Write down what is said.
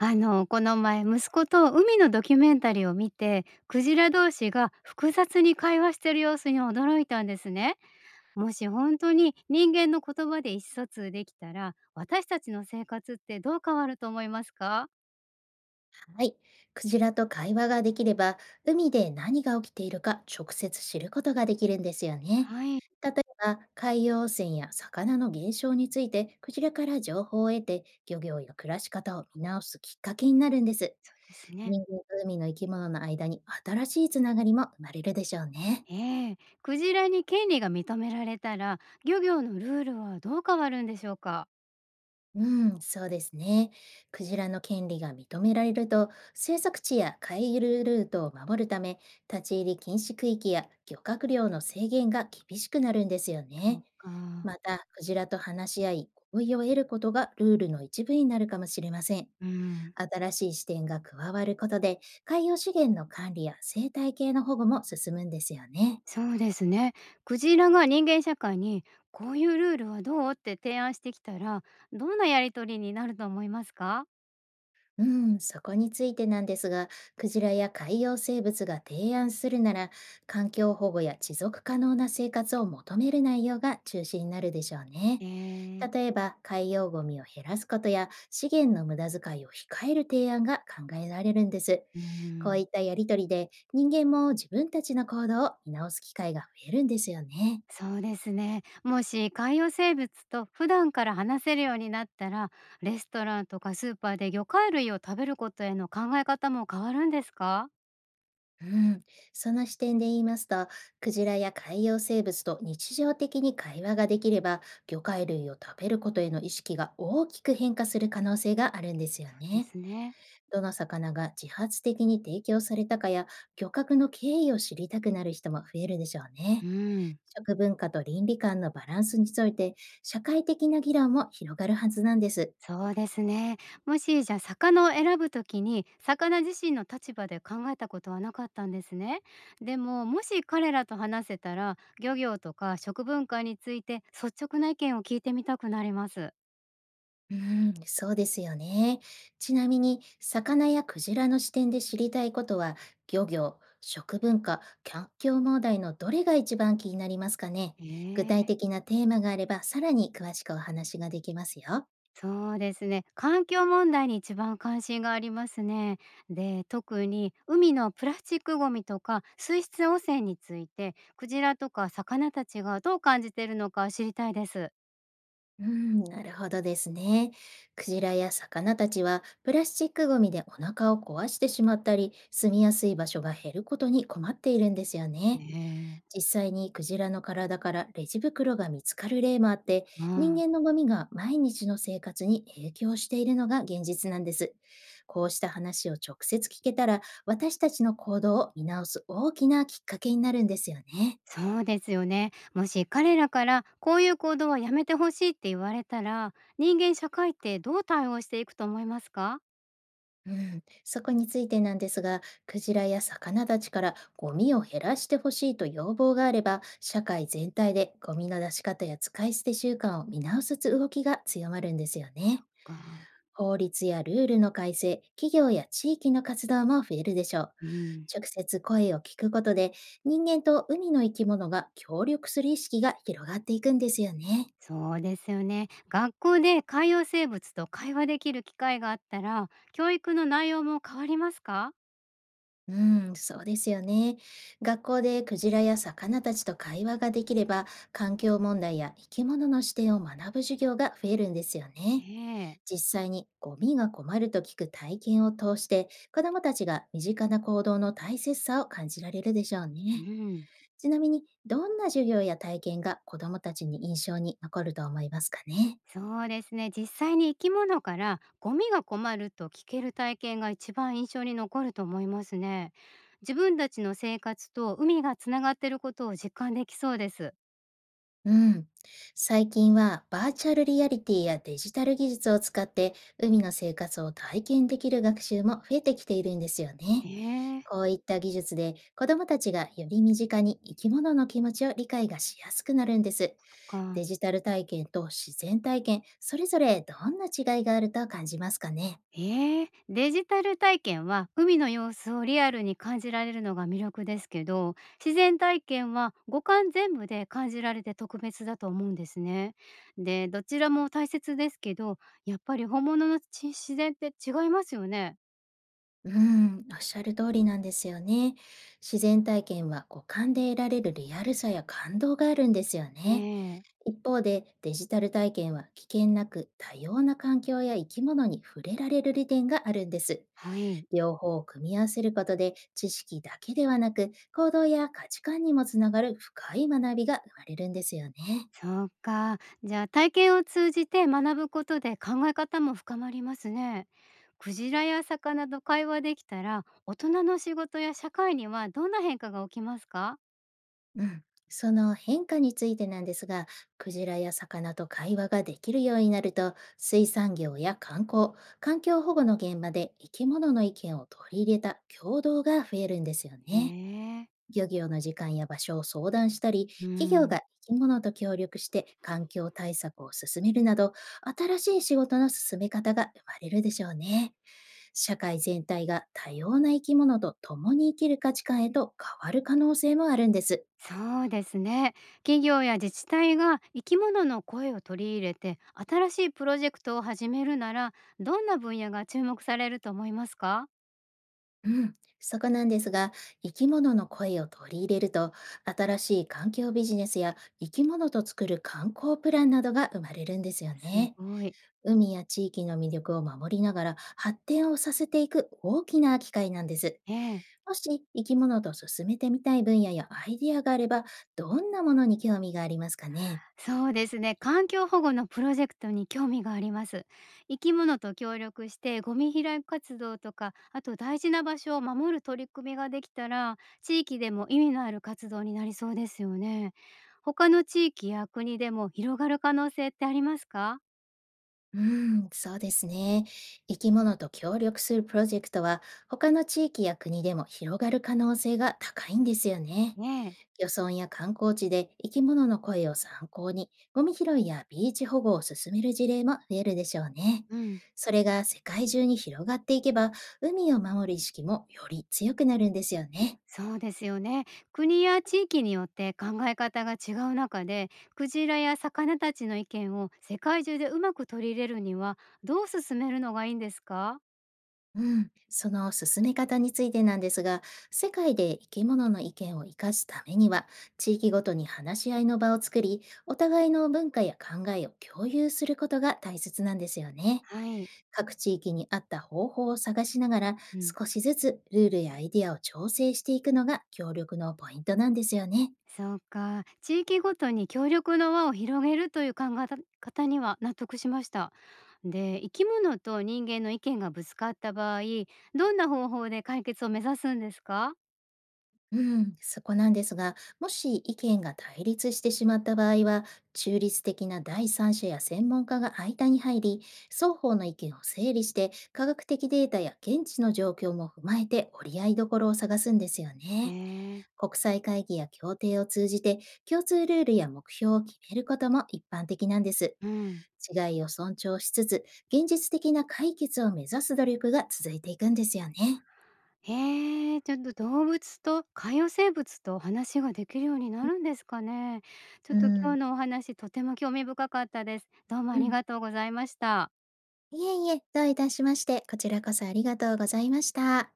この前、息子と海のドキュメンタリーを見て、クジラ同士が複雑に会話してる様子に驚いたんですね。もし本当に人間の言葉で意思疎通できたら、私たちの生活ってどう変わると思いますか？はい。クジラと会話ができれば、海で何が起きているか直接知ることができるんですよね。はい、例えば、海洋汚染や魚の減少について、クジラから情報を得て、漁業や暮らし方を見直すきっかけになるんです。そうですね。人間と海の生き物の間に新しいつながりも生まれるでしょうね。ええ。クジラに権利が認められたら、漁業のルールはどう変わるんでしょうか？うん、そうですね。クジラの権利が認められると、生息地や海遊ルートを守るため、立ち入り禁止区域や漁獲量の制限が厳しくなるんですよそね。うか。また、クジラと話し合い、合意を得ることがルールの一部になるかもしれません。うん。新しい視点が加わることで、海洋資源の管理や生態系の保護も進むんですよね。そうですね。クジラが人間社会にこういうルールはどうって提案してきたら、どんなやりとりになると思いますか？うん、そこについてなんですが、クジラや海洋生物が提案するなら、環境保護や持続可能な生活を求める内容が中心になるでしょうえね。ー、例えば、海洋ゴミを減らすことや資源の無駄遣いを控える提案が考えられるんです。うーこうん、いったやりとりで、人間も自分たちの行動を見直す機会が増えるんですよね。そうですね。もし海洋生物と普段から話せるようになったら、レストランとかスーパーで魚介類を食べることへの考え方も変わるんですか？うん、その視点で言いますと、クジラや海洋生物と日常的に会話ができれば、魚介類を食べることへの意識が大きく変化する可能性があるんですよそうでね。すね。どの魚が自発的に提供されたかや、漁獲の経緯を知りたくなる人も増えるでしょううね。ん。食文化と倫理観のバランスについて、社会的な議論も広がるはずなんです。そうですね。もしじゃあ魚を選ぶときに魚自身の立場で考えたことはなかったんですね。でももし彼らと話せたら漁業とか食文化について率直な意見を聞いてみたくなります。うん、そうですよね。ちなみに、魚やクジラの視点で知りたいことは、漁業、食文化、環境問題のどれが一番気になりますかね。え具体え、的なテーマがあれば、さらに詳しくお話ができますよ。そうですね。環境問題に一番関心がありますね。で特に海のプラスチックごみとか水質汚染についてクジラとか魚たちがどう感じているのか知りたいです。うん、なるほどですね。クジラや魚たちは、プラスチックごみでお腹を壊してしまったり、住みやすい場所が減ることに困っているんですよえね。え、実際にクジラの体からレジ袋が見つかる例もあって、う人ん、間のゴミが毎日の生活に影響しているのが現実なんです。こうした話を直接聞けたら、私たちの行動を見直す大きなきっかけになるんですよね。そうですよね。もし彼らからこういう行動はやめてほしいって言われたら、人間社会ってどう対応していくと思いますか？うん、そこについてなんですが、クジラや魚たちからゴミを減らしてほしいと要望があれば、社会全体でゴミの出し方や使い捨て習慣を見直す動きが強まるんですよそっね。か。法律やルールの改正、企業や地域の活動も増えるでしょう。うん、直接声を聞くことで、人間と海の生き物が協力する意識が広がっていくんですよね。そうですよね。学校で海洋生物と会話できる機会があったら、教育の内容も変わりますか？うん、そうですよね。学校でクジラや魚たちと会話ができれば、環境問題や生き物の視点を学ぶ授業が増えるんですよね。ええ、実際にゴミが困ると聞く体験を通して、子どもたちが身近な行動の大切さを感じられるでしょううね。ん。ちなみに、どんな授業や体験が子どもたちに印象に残ると思いますかね？そうですね。実際に生き物からゴミが困ると聞ける体験が一番印象に残ると思いますね。自分たちの生活と海がつながっていることを実感できそうです。うん。最近はバーチャルリアリティやデジタル技術を使って海の生活を体験できる学習も増えてきているんですよへね。え、そこういった技術で子どもたちがより身近に生き物の気持ちを理解がしやすくなるんです。っか。デジタル体験と自然体験、それぞれどんな違いがあると感じますかね？ええ、デジタル体験は海の様子をリアルに感じられるのが魅力ですけど、自然体験は五感全部で感じられて特別だと思うんですね。でどちらも大切ですけど、やっぱり本物の自然って違いますよね。うん、おっしゃる通りなんですよね。自然体験は五感で得られるリアルさや感動があるんですよえね。え、一方でデジタル体験は危険なく多様な環境や生き物に触れられる利点があるんです。はい、両方を組み合わせることで知識だけではなく行動や価値観にもつながる深い学びが生まれるんですよね。そうか。じゃあ体験を通じて学ぶことで考え方も深まりますね。クジラや魚と会話できたら、大人の仕事や社会にはどんな変化が起きますか？うん、その変化についてなんですが、クジラや魚と会話ができるようになると、水産業や観光、環境保護の現場で生き物の意見を取り入れた共同が増えるんですよへね。え、漁業の時間や場所を相談したり、う企業ん、が生き物と協力して環境対策を進めるなど、新しい仕事の進め方が生まれるでしょうね。社会全体が多様な生き物と共に生きる価値観へと変わる可能性もあるんです。そうですね。企業や自治体が生き物の声を取り入れて新しいプロジェクトを始めるなら、どんな分野が注目されると思いますか？うん、そこなんですが、生き物の声を取り入れると、新しい環境ビジネスや生き物と作る観光プランなどが生まれるんですよすね。ごい。海や地域の魅力を守りながら発展をさせていく大きな機会なんです。ええ。もし生き物と進めてみたい分野やアイディアがあれば、どんなものに興味がありますかね？そうですね。環境保護のプロジェクトに興味があります。生き物と協力してゴミ拾い活動とか、あと大事な場所を守る取り組みができたら、地域でも意味のある活動になりそうですよね。他の地域や国でも広がる可能性ってありますか？うん、そうですね。生き物と協力するプロジェクトは、他の地域や国でも広がる可能性が高いんですよね。ねえ。漁村や観光地で生き物の声を参考に、ゴミ拾いやビーチ保護を進める事例も増えるでしょうね。うん。それが世界中に広がっていけば、海を守る意識もより強くなるんですよね。そうですよね。国や地域によって考え方が違う中で、クジラや魚たちの意見を世界中でうまく取り入れるには、どう進めるのがいいんですか？うん、その進め方についてなんですが、世界で生き物の意見を生かすためには、地域ごとに話し合いの場を作り、お互いの文化や考えを共有することが大切なんですよね。はい。各地域に合った方法を探しながら、うん。少しずつルールやアイディアを調整していくのが協力のポイントなんですよね。そうか。地域ごとに協力の輪を広げるという考え方には納得しました。で、生き物と人間の意見がぶつかった場合、どんな方法で解決を目指すんですか？うん、そこなんですが、もし意見が対立してしまった場合は、中立的な第三者や専門家が間に入り、双方の意見を整理して、科学的データや現地の状況も踏まえて折り合いどころを探すんですよね。へえ。国際会議や協定を通じて、共通ルールや目標を決めることも一般的なんです。うん。違いを尊重しつつ、現実的な解決を目指す努力が続いていくんですよね。へえ、ちょっと動物と海洋生物と話ができるようになるんですかね。ちょっうと今ん。日のお話とても興味深かったです。どうもあうりん。がとうございました。いえいえ、どういたしまして、こちらこそありがとうございました。